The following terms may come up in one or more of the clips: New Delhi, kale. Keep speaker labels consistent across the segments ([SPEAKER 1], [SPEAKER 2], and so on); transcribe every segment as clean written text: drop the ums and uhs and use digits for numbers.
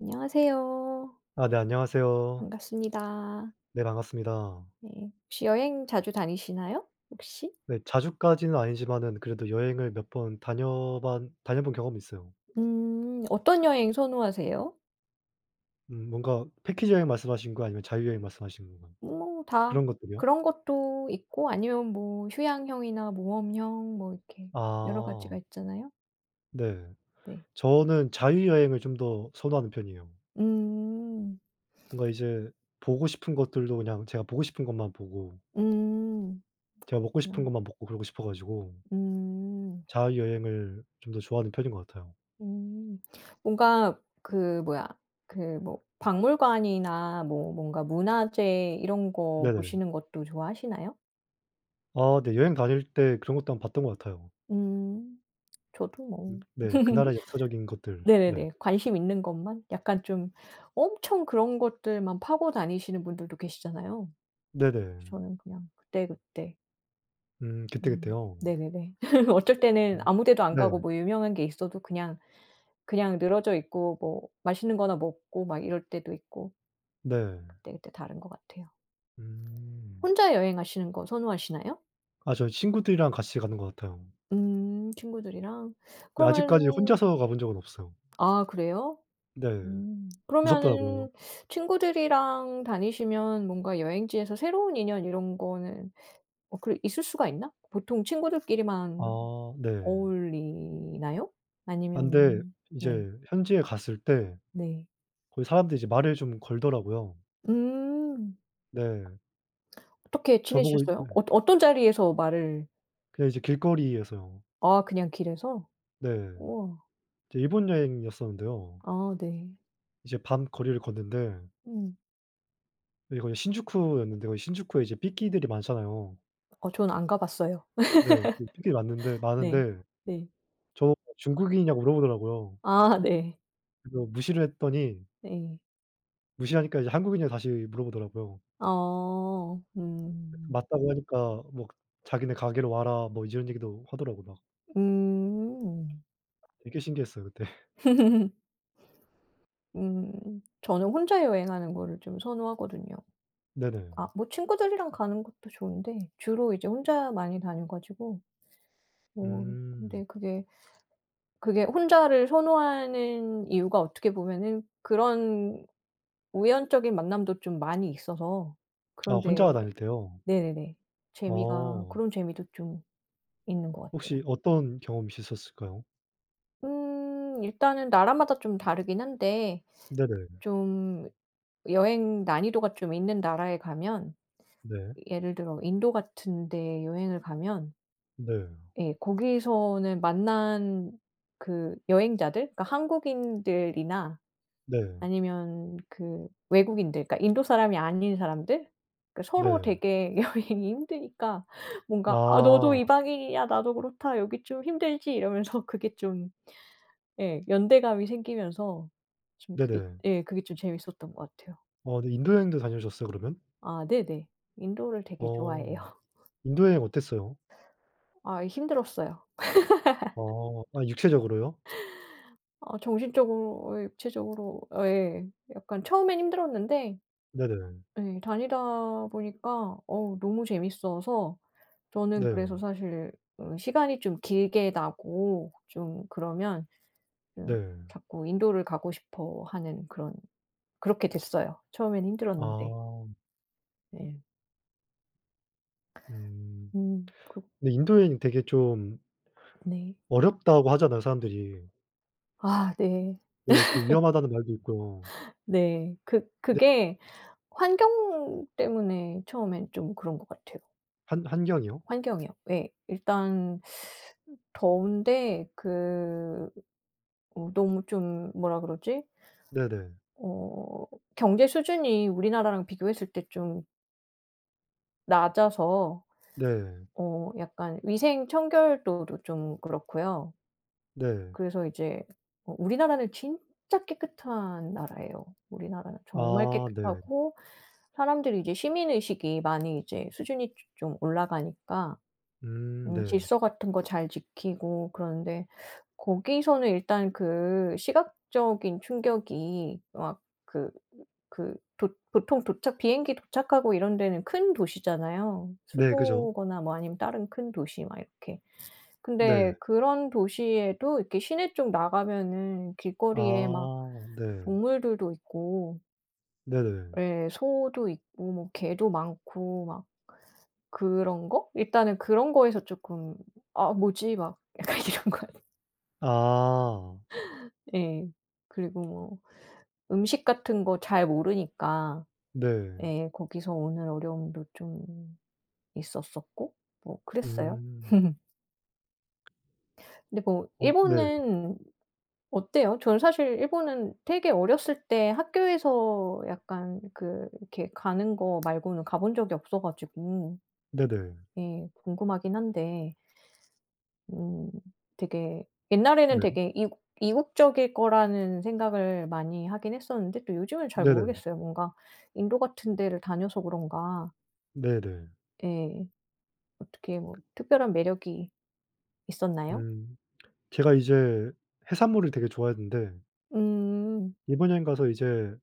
[SPEAKER 1] 안녕하세요.
[SPEAKER 2] 아 네, 안녕하세요.
[SPEAKER 1] 반갑습니다.
[SPEAKER 2] 네, 반갑습니다.
[SPEAKER 1] 네. 혹시 여행 자주 다니시나요? 혹시?
[SPEAKER 2] 네, 자주까지는 아니지만은 그래도 여행을 몇 번 다녀본 경험이 있어요.
[SPEAKER 1] 음. 어떤 여행 선호하세요?
[SPEAKER 2] 뭔가 패키지 여행 말씀하신 거 아니면 자유여행 말씀하신 건가요?
[SPEAKER 1] 뭐 다
[SPEAKER 2] 그런 것들이요?
[SPEAKER 1] 그런 것도 있고 아니면 뭐 휴양형이나 모험형 뭐 이렇게 여러
[SPEAKER 2] 아
[SPEAKER 1] 가지가 있잖아요.
[SPEAKER 2] 네.
[SPEAKER 1] 네.
[SPEAKER 2] 저는 자유여행을 좀 더 선호하는 편이에요.
[SPEAKER 1] 음.
[SPEAKER 2] 뭔가 이제 보고 싶은 것들도 그냥 제가 보고 싶은 것만 보고
[SPEAKER 1] 음.
[SPEAKER 2] 제가 먹고 싶은 것만 먹고 그러고 싶어 가지고
[SPEAKER 1] 음. 음.
[SPEAKER 2] 자유여행을 좀 더 좋아하는 편인 것 같아요.
[SPEAKER 1] 음. 뭔가 그 뭐야 그 뭐 박물관이나 뭐 뭔가 문화재 이런 거
[SPEAKER 2] 네네.
[SPEAKER 1] 보시는 것도 좋아하시나요?
[SPEAKER 2] 아 네, 여행 다닐 때 그런 것도 한번 봤던 것 같아요.
[SPEAKER 1] 음. 저도 뭐
[SPEAKER 2] 네. 그 나라의 역사적인 것들. 네.
[SPEAKER 1] 네네네. 관심 있는 것만 약간 좀 엄청 그런 것들만 파고 다니시는 분들도 계시잖아요.
[SPEAKER 2] 네네.
[SPEAKER 1] 저는 그냥 그때그때.
[SPEAKER 2] 그때그때요.
[SPEAKER 1] 음.
[SPEAKER 2] 어.
[SPEAKER 1] 네네네. 어쩔 때는 아무 데도 안
[SPEAKER 2] 네.
[SPEAKER 1] 가고 뭐 유명한 게 있어도 그냥 늘어져 있고 뭐 맛있는 거나 먹고 막 이럴 때도 있고
[SPEAKER 2] 네.
[SPEAKER 1] 그때그때 다른 것 같아요.
[SPEAKER 2] 음.
[SPEAKER 1] 혼자 여행하시는 거 선호하시나요?
[SPEAKER 2] 아 저 친구들이랑 같이 가는 것 같아요.
[SPEAKER 1] 음, 친구들이랑.
[SPEAKER 2] 근데 아직까지
[SPEAKER 1] 그러면.
[SPEAKER 2] 혼자서 가본 적은 없어요.
[SPEAKER 1] 아, 그래요?
[SPEAKER 2] 네.
[SPEAKER 1] 음.
[SPEAKER 2] 무섭더라고요.
[SPEAKER 1] 그러면은 친구들이랑 다니시면 뭔가 여행지에서 새로운 인연 이런 거는 그 있을 수가 있나? 보통 친구들끼리만
[SPEAKER 2] 아 네.
[SPEAKER 1] 어울리나요?
[SPEAKER 2] 아 근데
[SPEAKER 1] 아니면? 네.
[SPEAKER 2] 이제 현지에 갔을 때
[SPEAKER 1] 네.
[SPEAKER 2] 거기 사람들이 이제 말을 좀 걸더라고요.
[SPEAKER 1] 음.
[SPEAKER 2] 네.
[SPEAKER 1] 어떻게
[SPEAKER 2] 저보고 이 네.
[SPEAKER 1] 친해지셨어요? 어떤 자리에서 말을.
[SPEAKER 2] 그냥 이제 길거리에서요.
[SPEAKER 1] 아, 그냥 길에서?
[SPEAKER 2] 네.
[SPEAKER 1] 우와.
[SPEAKER 2] 이제 일본 여행이었었는데요.
[SPEAKER 1] 아, 네.
[SPEAKER 2] 이제 밤 거리를 걷는데
[SPEAKER 1] 음.
[SPEAKER 2] 네, 거기 신주쿠였는데 거기 신주쿠에 이제 삐끼들이 많잖아요.
[SPEAKER 1] 저는 안 가 봤어요.
[SPEAKER 2] 네. 그 삐끼들이 많는데
[SPEAKER 1] 네.
[SPEAKER 2] 많은데
[SPEAKER 1] 네.
[SPEAKER 2] 저보고 "중국인이냐?"고 물어보더라고요.
[SPEAKER 1] 아, 네.
[SPEAKER 2] 그래서 무시를 했더니
[SPEAKER 1] 네.
[SPEAKER 2] 무시하니까 이제 "한국인이냐?" 다시 물어보더라고요.
[SPEAKER 1] 어. 음.
[SPEAKER 2] 맞다고 하니까 뭐 "자기네 가게로 와라." 뭐 이런 얘기도 하더라고요 막.
[SPEAKER 1] 음.
[SPEAKER 2] 되게 신기했어요 그때.
[SPEAKER 1] 저는 혼자 여행하는 거를 좀 선호하거든요.
[SPEAKER 2] 네네.
[SPEAKER 1] 아, 뭐 친구들이랑 가는 것도 좋은데 주로 이제 혼자 많이 다녀 가지고 뭐
[SPEAKER 2] 음.
[SPEAKER 1] 근데 그게 혼자를 선호하는 이유가 어떻게 보면은 그런 우연적인 만남도 좀 많이 있어서
[SPEAKER 2] 아 혼자
[SPEAKER 1] 그런데.
[SPEAKER 2] 다닐 때요?
[SPEAKER 1] 네네네. 재미가
[SPEAKER 2] 어.
[SPEAKER 1] 그런 재미도 좀 있는 것 같아요.
[SPEAKER 2] 혹시 어떤 경험이 있으셨을까요?
[SPEAKER 1] 음, 일단은 나라마다 좀 다르긴 한데
[SPEAKER 2] 네네.
[SPEAKER 1] 좀 여행 난이도가 좀 있는 나라에 가면,
[SPEAKER 2] 네.
[SPEAKER 1] 예를 들어 인도 같은 데 여행을 가면,
[SPEAKER 2] 네.
[SPEAKER 1] 예 거기서는 만난 그 여행자들, 그러니까 한국인들이나
[SPEAKER 2] 네.
[SPEAKER 1] 아니면 그 외국인들, 그러니까 인도 사람이 아닌 사람들, 그 서로
[SPEAKER 2] 네.
[SPEAKER 1] 되게 여행이 힘드니까 뭔가 "아, 너도
[SPEAKER 2] 아.
[SPEAKER 1] 이방인이야. 나도 그렇다. 여기 좀 힘들지?" 이러면서 그게 좀, 예, 연대감이 생기면서 좀 그게,
[SPEAKER 2] 네네.
[SPEAKER 1] 예 그게 좀 재밌었던 것 같아요.
[SPEAKER 2] 네, 인도 여행도 다녀오셨어요 그러면?
[SPEAKER 1] 아, 네네. 인도를 되게 좋아해요.
[SPEAKER 2] 어. 인도 여행 어땠어요?
[SPEAKER 1] 아, 힘들었어요.
[SPEAKER 2] 어. 아 육체적으로요?
[SPEAKER 1] 아, 정신적으로, 예, 육체적으로, 어, 예. 약간 처음엔 힘들었는데
[SPEAKER 2] 네네.
[SPEAKER 1] 예 다니다 보니까 어우 너무 재밌어서 저는
[SPEAKER 2] 네.
[SPEAKER 1] 그래서 사실 시간이 좀 길게 나고 좀 그러면 좀
[SPEAKER 2] 네.
[SPEAKER 1] 자꾸 인도를 가고 싶어 하는 그런, 그렇게 됐어요. 처음에는 힘들었는데.
[SPEAKER 2] 아.
[SPEAKER 1] 네.
[SPEAKER 2] 음.
[SPEAKER 1] 음, 그.
[SPEAKER 2] 근데 인도 여행 되게 좀
[SPEAKER 1] 네.
[SPEAKER 2] 어렵다고 하잖아요, 사람들이.
[SPEAKER 1] 아, 네.
[SPEAKER 2] 네. 좀 위험하다는 말도 있고요.
[SPEAKER 1] 네. 그
[SPEAKER 2] 네.
[SPEAKER 1] 그게 환경 때문에 처음엔 좀 그런 것 같아요.
[SPEAKER 2] 한 환경이요?
[SPEAKER 1] 환경이요. 예. 일단 더운데 그 너무 좀 뭐라 그러지?
[SPEAKER 2] 네네.
[SPEAKER 1] 어 경제 수준이 우리나라랑 비교했을 때 좀 낮아서
[SPEAKER 2] 네.
[SPEAKER 1] 약간 위생 청결도도 좀 그렇고요.
[SPEAKER 2] 네.
[SPEAKER 1] 그래서 이제 우리나라는 진짜 깨끗한 나라예요. 우리나라는 정말
[SPEAKER 2] 아 네.
[SPEAKER 1] 깨끗하고 사람들이 이제 시민의식이 많이 이제 수준이 좀 올라가니까
[SPEAKER 2] 네.
[SPEAKER 1] 질서 같은 거 잘 지키고 그러는데 거기서는 일단 그 시각적인 충격이 막 그 그 보통 도착, 비행기 도착하고 이런 데는 큰 도시잖아요.
[SPEAKER 2] 네 그죠.
[SPEAKER 1] 수도거나 뭐 아니면 다른 큰 도시 막 이렇게.
[SPEAKER 2] 네.
[SPEAKER 1] 근데 그런 도시에도 이렇게 시내 쪽 나가면은 길거리에 막
[SPEAKER 2] 아 네.
[SPEAKER 1] 동물들도 있고
[SPEAKER 2] 네네.
[SPEAKER 1] 예 소도 있고 뭐 개도 많고 막 그런 거? 일단은 그런 거에서 쪼끔 '아, 뭐지?' 막 약간 이런 거,
[SPEAKER 2] 아.
[SPEAKER 1] 예. 그리고 뭐 음식 같은 거 잘 모르니까
[SPEAKER 2] 네.
[SPEAKER 1] 예 거기서 오는 어려움도 좀 있었었고 뭐 그랬어요.
[SPEAKER 2] 음.
[SPEAKER 1] 근데 뭐
[SPEAKER 2] 어 네.
[SPEAKER 1] 일본은 어때요? 저는 사실 일본은 되게 어렸을 때 학교에서 약간 그 이렇게 가는 거 말고는 가본 적이 없어 가지고
[SPEAKER 2] 네네.
[SPEAKER 1] 예 궁금하긴 한데 음 되게 옛날에는
[SPEAKER 2] 네.
[SPEAKER 1] 되게 이국적일 거라는 생각을 많이 하긴 했었는데 또 요즘은 잘
[SPEAKER 2] 네네.
[SPEAKER 1] 모르겠어요. 뭔가 인도 같은 데를 다녀서 그런가.
[SPEAKER 2] 네네.
[SPEAKER 1] 예. 어떻게 뭐 특별한 매력이 있었나요?
[SPEAKER 2] 음. 걔가 이제 해산물을 되게 좋아했는데
[SPEAKER 1] 음.
[SPEAKER 2] 일본 여행 가서 이제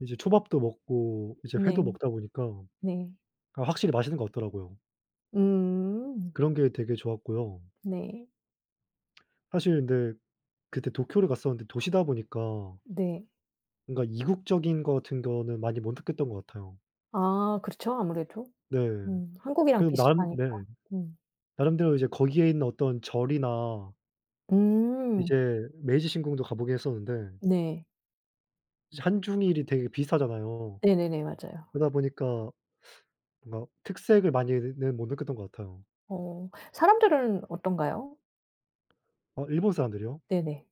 [SPEAKER 2] 이제 초밥도 먹고 이제 회도
[SPEAKER 1] 네.
[SPEAKER 2] 먹다 보니까
[SPEAKER 1] 네.
[SPEAKER 2] 아 확실히 맛있는 것 같더라고요.
[SPEAKER 1] 음.
[SPEAKER 2] 그런 게 되게 좋았고요.
[SPEAKER 1] 네.
[SPEAKER 2] 사실 근데 그때 도쿄를 갔었는데 도시다 보니까
[SPEAKER 1] 네.
[SPEAKER 2] 뭔가 이국적인 거 같은 거는 많이 못 느꼈던 것 같아요.
[SPEAKER 1] 아, 그렇죠. 아무래도.
[SPEAKER 2] 네.
[SPEAKER 1] 음. 한국이랑
[SPEAKER 2] 그래도 나름
[SPEAKER 1] 비슷하니까.
[SPEAKER 2] 네.
[SPEAKER 1] 음.
[SPEAKER 2] 나름대로 이제 거기에 있는 어떤 절이나
[SPEAKER 1] 음.
[SPEAKER 2] 이제 메이지 신궁도 가 보긴 했었는데
[SPEAKER 1] 네.
[SPEAKER 2] 이제 한중일이 되게 비슷하잖아요.
[SPEAKER 1] 네네네. 맞아요.
[SPEAKER 2] 그러다 보니까 뭔가 특색을 많이는 못 느꼈던 것 같아요.
[SPEAKER 1] 사람들은 어떤가요?
[SPEAKER 2] 일본 사람들이요?
[SPEAKER 1] 네네.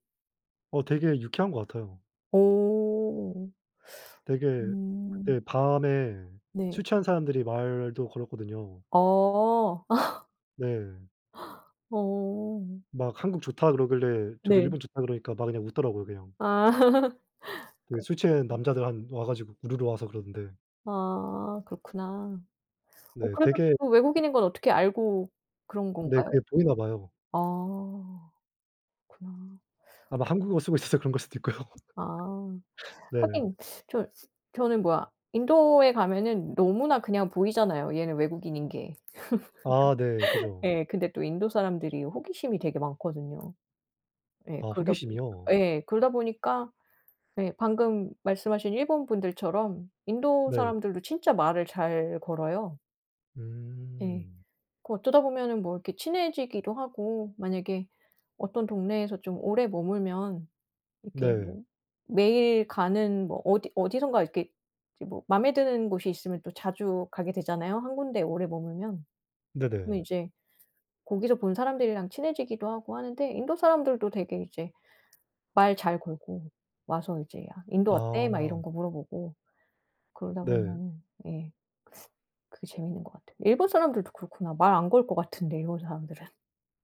[SPEAKER 2] 되게 유쾌한 것 같아요.
[SPEAKER 1] 오.
[SPEAKER 2] 되게
[SPEAKER 1] 음.
[SPEAKER 2] 그때 밤에
[SPEAKER 1] 네.
[SPEAKER 2] 술 취한 사람들이 말도 걸었거든요.
[SPEAKER 1] 어.
[SPEAKER 2] 네.
[SPEAKER 1] 어.
[SPEAKER 2] 막 "한국 좋다." 그러길래 저도
[SPEAKER 1] 네.
[SPEAKER 2] "일본 좋다." 그러니까 막 그냥 웃더라고요 그냥.
[SPEAKER 1] 아.
[SPEAKER 2] 되게
[SPEAKER 1] 그
[SPEAKER 2] 술 취한 남자들 한 와 가지고 우르르 와서 그러던데.
[SPEAKER 1] 아, 그렇구나.
[SPEAKER 2] 네
[SPEAKER 1] 그래도
[SPEAKER 2] 되게
[SPEAKER 1] 또 외국인인 건 어떻게 알고 그런
[SPEAKER 2] 네,
[SPEAKER 1] 건가요?
[SPEAKER 2] 그게 보이나 봐요.
[SPEAKER 1] 아, 그렇구나.
[SPEAKER 2] 아마 한국어 쓰고 있어서 그런 걸 수도 있고요.
[SPEAKER 1] 아.
[SPEAKER 2] 네.
[SPEAKER 1] 하긴, 저 저는 뭐야, 인도에 가면은 너무나 그냥 보이잖아요, 얘는 외국인인 게.
[SPEAKER 2] 아 네. 그죠.
[SPEAKER 1] 예. 근데 또 인도 사람들이 호기심이 되게 많거든요. 예.
[SPEAKER 2] 아
[SPEAKER 1] 그러다 보니,
[SPEAKER 2] 호기심이요?
[SPEAKER 1] 예. 그러다 보니까 네. 방금 말씀하신 일본 분들처럼 인도
[SPEAKER 2] 네.
[SPEAKER 1] 사람들도 진짜 말을 잘 걸어요. 예.
[SPEAKER 2] 음.
[SPEAKER 1] 그 어쩌다 보면은 뭐 이렇게 친해지기도 하고, 만약에 어떤 동네에서 좀 오래 머물면 이렇게
[SPEAKER 2] 네.
[SPEAKER 1] 뭐 매일 가는 뭐 어디 어디선가 이렇게 이제 뭐에 드는 곳이 있으면 또 자주 가게 되잖아요, 한 군데 오래 머물면. 그러면
[SPEAKER 2] 네네.
[SPEAKER 1] 이제 거기서 본 사람들이랑 친해지기도 하고 하는데, 인도 사람들도 되게 이제 말 잘 걸고 와서 이제 "야, 인도 어때?" 막
[SPEAKER 2] 아
[SPEAKER 1] 이런 거 물어보고 그러다
[SPEAKER 2] 네.
[SPEAKER 1] 보면은, 예. 그게 재밌는 것 같아요. 일본 사람들도 그렇구나. 말 안 걸 것 같은데 일본 사람들은.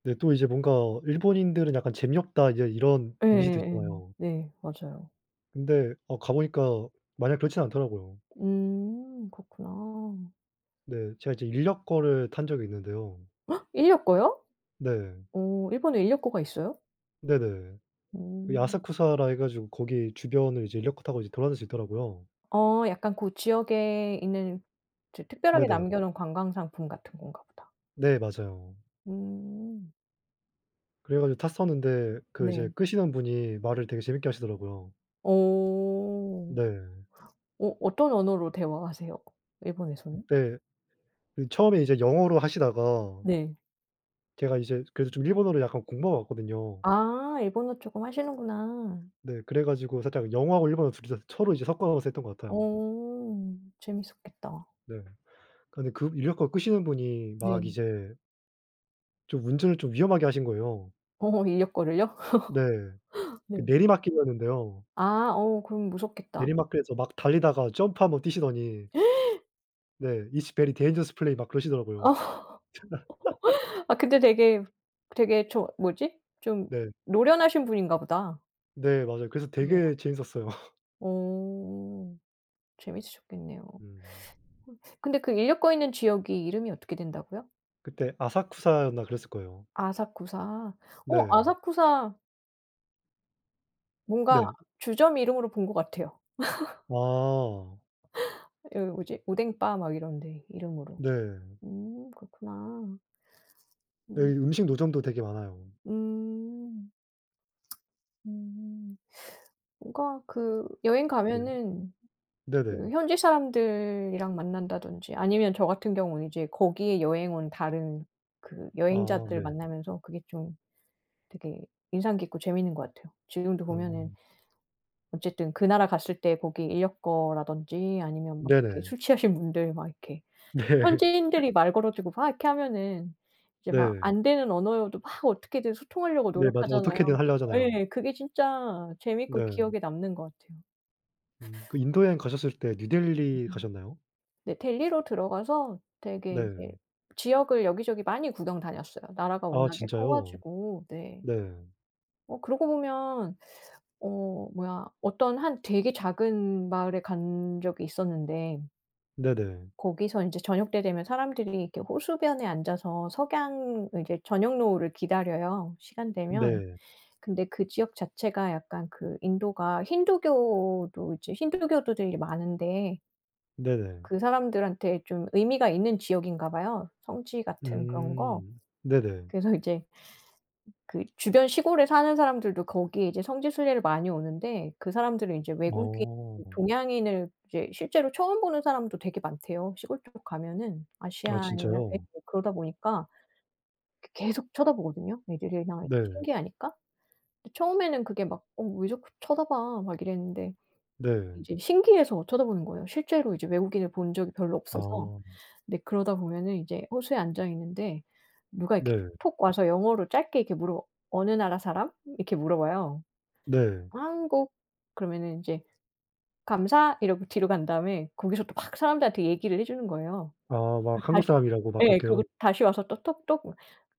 [SPEAKER 2] 네. 또 이제 뭔가 일본인들은 약간 재미없다 이제 이런 이미지도
[SPEAKER 1] 예예예.
[SPEAKER 2] 있잖아요.
[SPEAKER 1] 네, 맞아요.
[SPEAKER 2] 근데 가 보니까 마냥 그렇진 않더라고요.
[SPEAKER 1] 음, 그렇구나.
[SPEAKER 2] 네. 제가 이제 인력거를 탄 적이 있는데요.
[SPEAKER 1] 인력거요?
[SPEAKER 2] 네.
[SPEAKER 1] 어, 일본에 인력거가 있어요?
[SPEAKER 2] 네네. 그
[SPEAKER 1] 음.
[SPEAKER 2] 야사쿠사라 해 가지고 거기 주변을 이제 인력거 타고 이제 돌아다닐 수 있더라고요.
[SPEAKER 1] 어 약간 고 지역에 있는 저 특별하게
[SPEAKER 2] 네네.
[SPEAKER 1] 남겨 놓은 관광 상품 같은 건가 보다.
[SPEAKER 2] 네 맞아요.
[SPEAKER 1] 음.
[SPEAKER 2] 그래 가지고 탔었는데 그 이제
[SPEAKER 1] 네.
[SPEAKER 2] 끄시는 분이 말을 되게 재밌게 하시더라고요.
[SPEAKER 1] 어.
[SPEAKER 2] 네.
[SPEAKER 1] 어떤 언어로 대화하세요? 일본에서는?
[SPEAKER 2] 그때 그 처음에 이제 영어로 하시다가
[SPEAKER 1] 네.
[SPEAKER 2] 제가 이제 그래도 좀 일본어를 약간 공부하고 왔거든요.
[SPEAKER 1] 아, 일본어 쪼끔 하시는구나.
[SPEAKER 2] 네. 그래 가지고 살짝 영어하고 일본어 둘 다 서로 이제 섞어서 했던 것 같아요.
[SPEAKER 1] 어, 재밌었겠다.
[SPEAKER 2] 네. 근데 그 인력거 끄시는 분이
[SPEAKER 1] 네.
[SPEAKER 2] 막 이제 좀 운전을 좀 위험하게 하신 거예요.
[SPEAKER 1] 인력 거를요?
[SPEAKER 2] 네. 그
[SPEAKER 1] 네.
[SPEAKER 2] 내리막길이었는데요.
[SPEAKER 1] 아, 그럼 무섭겠다.
[SPEAKER 2] 내리막길에서 막 달리다가 점프 한번 뛰시더니 네. "It's very dangerous play." 막 그러시더라고요.
[SPEAKER 1] 어 아, 근데 되게, 저 뭐지? 좀
[SPEAKER 2] 네.
[SPEAKER 1] 노련하신 분인가 보다.
[SPEAKER 2] 네. 맞아요. 그래서
[SPEAKER 1] 그래요.
[SPEAKER 2] 되게 재밌었어요.
[SPEAKER 1] 어. 재밌으셨겠네요.
[SPEAKER 2] 음.
[SPEAKER 1] 근데 그 인력 거 있는 지역이 이름이 어떻게 된다고요?
[SPEAKER 2] 그때 아사쿠사였나 그랬을 거예요.
[SPEAKER 1] 아사쿠사.
[SPEAKER 2] 네.
[SPEAKER 1] 아사쿠사, 뭔가
[SPEAKER 2] 네.
[SPEAKER 1] 주점 이름으로 본 것 같아요.
[SPEAKER 2] 아.
[SPEAKER 1] 여기 뭐지, 오뎅바 막 이런 데 이름으로.
[SPEAKER 2] 네.
[SPEAKER 1] 음, 그렇구나.
[SPEAKER 2] 여기
[SPEAKER 1] 음.
[SPEAKER 2] 음식 노점도 되게 많아요.
[SPEAKER 1] 음. 음. 뭔가 그 여행
[SPEAKER 2] 네.
[SPEAKER 1] 가면은
[SPEAKER 2] 네네.
[SPEAKER 1] 그 현지 사람들이랑 만난다든지 아니면 저 같은 경우는 이제 거기에 여행 온 다른 그
[SPEAKER 2] 아
[SPEAKER 1] 여행자들
[SPEAKER 2] 네.
[SPEAKER 1] 만나면서 그게 좀 되게 인상 깊고 재밌는 것 같아요. 지금도 보면은
[SPEAKER 2] 음.
[SPEAKER 1] 어쨌든 그 나라 갔을 때 거기 인력 거라든지 아니면 막 이렇게
[SPEAKER 2] 네네.
[SPEAKER 1] 술 취하신 분들 막 이렇게
[SPEAKER 2] 네.
[SPEAKER 1] 현지인들이 말 걸어주고 막 이렇게 하면은 이제 막
[SPEAKER 2] 네.
[SPEAKER 1] 안 되는 언어여도 막 어떻게든 소통하려고
[SPEAKER 2] 네 맞아요.
[SPEAKER 1] 노력하잖아요.
[SPEAKER 2] 어떻게든 하려 하잖아요.
[SPEAKER 1] 예. 그게 진짜 재밌고
[SPEAKER 2] 네.
[SPEAKER 1] 기억에 남는 것 같아요.
[SPEAKER 2] 그 인도 여행 가셨을 때 뉴델리
[SPEAKER 1] 음.
[SPEAKER 2] 가셨나요?
[SPEAKER 1] 네, 델리로 들어가서 되게
[SPEAKER 2] 네.
[SPEAKER 1] 이제 지역을 여기저기 많이 구경 다녔어요. 나라가
[SPEAKER 2] 아
[SPEAKER 1] 워낙에 커
[SPEAKER 2] 진짜요?
[SPEAKER 1] 가지고. 네.
[SPEAKER 2] 네.
[SPEAKER 1] 그러고 보면 뭐야, 어떤 한 되게 작은 마을에 간 적이 있었는데
[SPEAKER 2] 네네.
[SPEAKER 1] 거기서 인제 저녁 때 되면 사람들이 이렇게 호수변에 앉아서 석양을, 이제 저녁 노을을 기다려요, 시간 되면.
[SPEAKER 2] 네.
[SPEAKER 1] 근데 그 지역 자체가 약간 그 인도가 힌두교도들이 많은데
[SPEAKER 2] 네네.
[SPEAKER 1] 그 사람들한테 좀 의미가 있는 지역인가 봐요, 성지 같은 그런 거.
[SPEAKER 2] 음. 네네.
[SPEAKER 1] 그래서 이제 그 주변 시골에 사는 사람들도 거기에 이제 성지 순례를 많이 오는데 그 사람들은 이제 외국인,
[SPEAKER 2] 어.
[SPEAKER 1] 동양인을 이제 실제로 처음 보는 사람도 되게 많대요, 시골 쪽 가면은.
[SPEAKER 2] 아
[SPEAKER 1] 아시아인이나
[SPEAKER 2] 진짜요?
[SPEAKER 1] 그러다 보니까 그 계속 쳐다보거든요, 애들이나
[SPEAKER 2] 네.
[SPEAKER 1] 신기하니까. 근데 처음에는 그게 막 "어 왜 자꾸 쳐다봐." 막 이랬는데
[SPEAKER 2] 네.
[SPEAKER 1] 이제 신기해서 쳐다보는 거예요. 실제로 이제 외국인을 본 적이 별로 없어서.
[SPEAKER 2] 아.
[SPEAKER 1] 근데 그러다 보면은 이제 호수에 앉아 있는데 누가 이렇게
[SPEAKER 2] 네.
[SPEAKER 1] 톡 와서 영어로 짧게 이렇게 물어. "어느 나라 사람?" 이렇게 물어봐요.
[SPEAKER 2] 네.
[SPEAKER 1] "한국." 그러면은 인제 "감사." 이러고 뒤로 간 다음에 거기서 또 막 사람들한테 얘기를 해 주는 거예요.
[SPEAKER 2] 아
[SPEAKER 1] 그
[SPEAKER 2] 막 한국
[SPEAKER 1] 다시,
[SPEAKER 2] 사람이라고 막
[SPEAKER 1] 예.
[SPEAKER 2] 그렇게요?
[SPEAKER 1] 그리고 다시 와서 또 톡톡,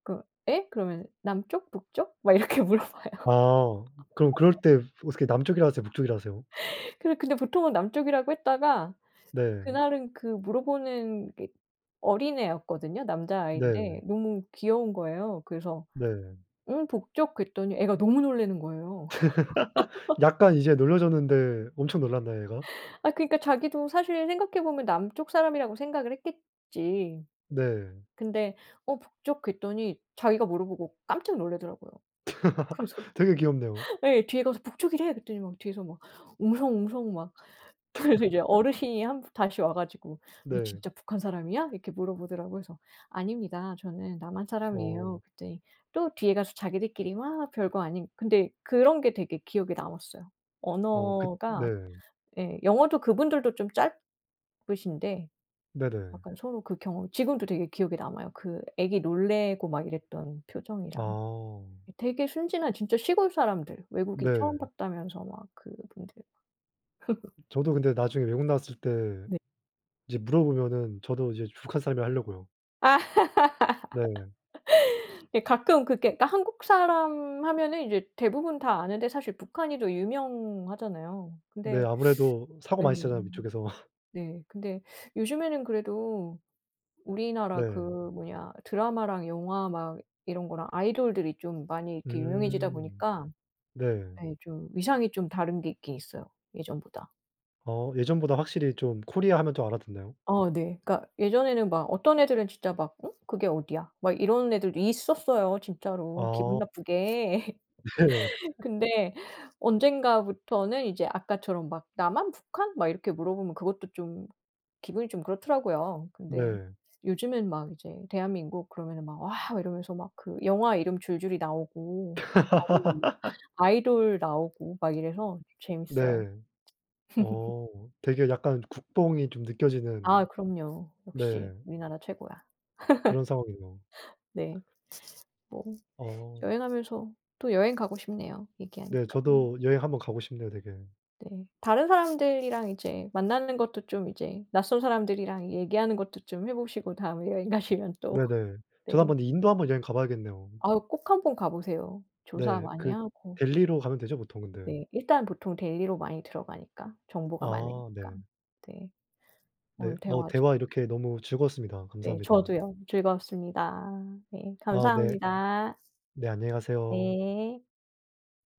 [SPEAKER 1] 그 "예?" 그러면 "남쪽? 북쪽?" 막 이렇게 물어봐요.
[SPEAKER 2] 아 그럼 그럴 때 어떻게 남쪽이라 하세요? 북쪽이라 하세요?
[SPEAKER 1] 그래, 근데 보통은 남쪽이라고 했다가,
[SPEAKER 2] 네.
[SPEAKER 1] 그날은 그 물어보는 게 어린애였거든요.
[SPEAKER 2] 네.
[SPEAKER 1] 남자아이인데 너무 귀여운 거예요. 그래서
[SPEAKER 2] 네.
[SPEAKER 1] 북쪽 그랬더니 애가 너무 놀라는 거예요.
[SPEAKER 2] 약간 이제 놀라졌는데 엄청 놀랐나요 얘가?
[SPEAKER 1] 아, 그러니까 자기도 사실 생각해 보면 남쪽 사람이라고 생각을 했겠지.
[SPEAKER 2] 네.
[SPEAKER 1] 근데 "어, 북쪽." 그랬더니 자기가 물어보고 깜짝 놀라더라고요. 그래서
[SPEAKER 2] 되게 귀엽네요.
[SPEAKER 1] 예 뒤에 가서 "북쪽이래." 그랬더니 막 뒤에서 막 웅성웅성 막 그래서 이제 어르신이 한 다시 와 가지고 "너
[SPEAKER 2] 네.
[SPEAKER 1] 진짜 북한 사람이야?" 이렇게 물어보더라고요. 그래서 "아닙니다. 저는 남한 사람이에요."
[SPEAKER 2] 어.
[SPEAKER 1] 그랬더니 또 뒤에 가서 자기들끼리 막, 별거 아닌 근데 그런 게 되게 기억에 남았어요.
[SPEAKER 2] 어 그 네.
[SPEAKER 1] 언어가, 예. 영어도 그분들도 좀 짧으신데
[SPEAKER 2] 네네.
[SPEAKER 1] 약간 서로 그 경험 지금도 되게 기억에 남아요. 그 애기 놀래고 막 이랬던 표정이랑.
[SPEAKER 2] 아.
[SPEAKER 1] 되게 순진한 진짜 시골 사람들, 외국인
[SPEAKER 2] 네.
[SPEAKER 1] 처음 봤다면서 막 그분들.
[SPEAKER 2] 저도 근데 나중에 외국 나왔을 때
[SPEAKER 1] 네.
[SPEAKER 2] 이제 물어보면은 저도 이제 북한 삶을 하려고요.
[SPEAKER 1] 아,
[SPEAKER 2] 네.
[SPEAKER 1] 예. 가끔 그게 그러니까 한국 사람 하면은 이제 대부분 다 아는데, 사실 북한이 더 유명하잖아요.
[SPEAKER 2] 네.
[SPEAKER 1] 근데.
[SPEAKER 2] 아무래도 사고
[SPEAKER 1] 예.
[SPEAKER 2] 많이 치잖아요, 이쪽에서.
[SPEAKER 1] 네. 근데 요즘에는 그래도 우리나라 그
[SPEAKER 2] 네.
[SPEAKER 1] 뭐냐 드라마랑 영화 막 이런 거랑 아이돌들이 좀 많이 이렇게 유명해지다
[SPEAKER 2] 음.
[SPEAKER 1] 보니까
[SPEAKER 2] 네.
[SPEAKER 1] 예, 좀 위상이 좀 다른 게 있긴 있어요, 예전보다.
[SPEAKER 2] 예전보다 확실히 좀 코리아 하면 좀 알아듣나요?
[SPEAKER 1] 아, 네. 그러니까 예전에는 막 어떤 애들은 진짜 막 "응? 그게 어디야?" 막 이런 애들도 있었어요, 진짜로, 기분
[SPEAKER 2] 아
[SPEAKER 1] 나쁘게.
[SPEAKER 2] 네.
[SPEAKER 1] 근데 언젠가부터는 이제 아까처럼 막 "남한? 북한?" 막 이렇게 물어보면 그것도 좀 기분이 좀 그렇더라고요. 근데
[SPEAKER 2] 네.
[SPEAKER 1] 요즘엔 막 이제 대한민국 그러면은 막 "와!" 이러면서 막 그 영화 이름 줄줄이 나오고 아니면 뭐 아이돌 나오고 막 이래서 재밌어요.
[SPEAKER 2] 네. 어 되게 약간 국뽕이 좀 느껴지는
[SPEAKER 1] 아, 그럼요.
[SPEAKER 2] 네
[SPEAKER 1] 역시 우리나라 최고야.
[SPEAKER 2] 그런 상황이네요.
[SPEAKER 1] 네. 뭐
[SPEAKER 2] 어
[SPEAKER 1] 여행하면서, 또 여행 가고 싶네요,
[SPEAKER 2] 네
[SPEAKER 1] 얘기하니까.
[SPEAKER 2] 저도 여행 한번 가고 싶네요 되게.
[SPEAKER 1] 네. 다른 사람들이랑 이제 만나는 것도 좀, 이제 낯선 사람들이랑 얘기하는 것도 좀 해 보시고 다음에 여행 가시면 또.
[SPEAKER 2] 네네.
[SPEAKER 1] 네.
[SPEAKER 2] 저도 한번 인도 한번 여행 가 봐야겠네요.
[SPEAKER 1] 아우, 꼭 한번 가 보세요. 조사
[SPEAKER 2] 네.
[SPEAKER 1] 많이
[SPEAKER 2] 그
[SPEAKER 1] 하고.
[SPEAKER 2] 델리로 가면 되죠 보통 근데?
[SPEAKER 1] 네. 일단 보통 데일리로 많이 들어가니까, 정보가
[SPEAKER 2] 아 네.
[SPEAKER 1] 많으니까. 네.
[SPEAKER 2] 네.
[SPEAKER 1] 오늘 대화 아주,
[SPEAKER 2] 대화 이렇게 너무 즐거웠습니다.
[SPEAKER 1] 네
[SPEAKER 2] 감사합니다.
[SPEAKER 1] 저도요. 즐거웠습니다. 네.
[SPEAKER 2] 아 네.
[SPEAKER 1] 감사합니다.
[SPEAKER 2] 네 안녕히 가세요.
[SPEAKER 1] 네.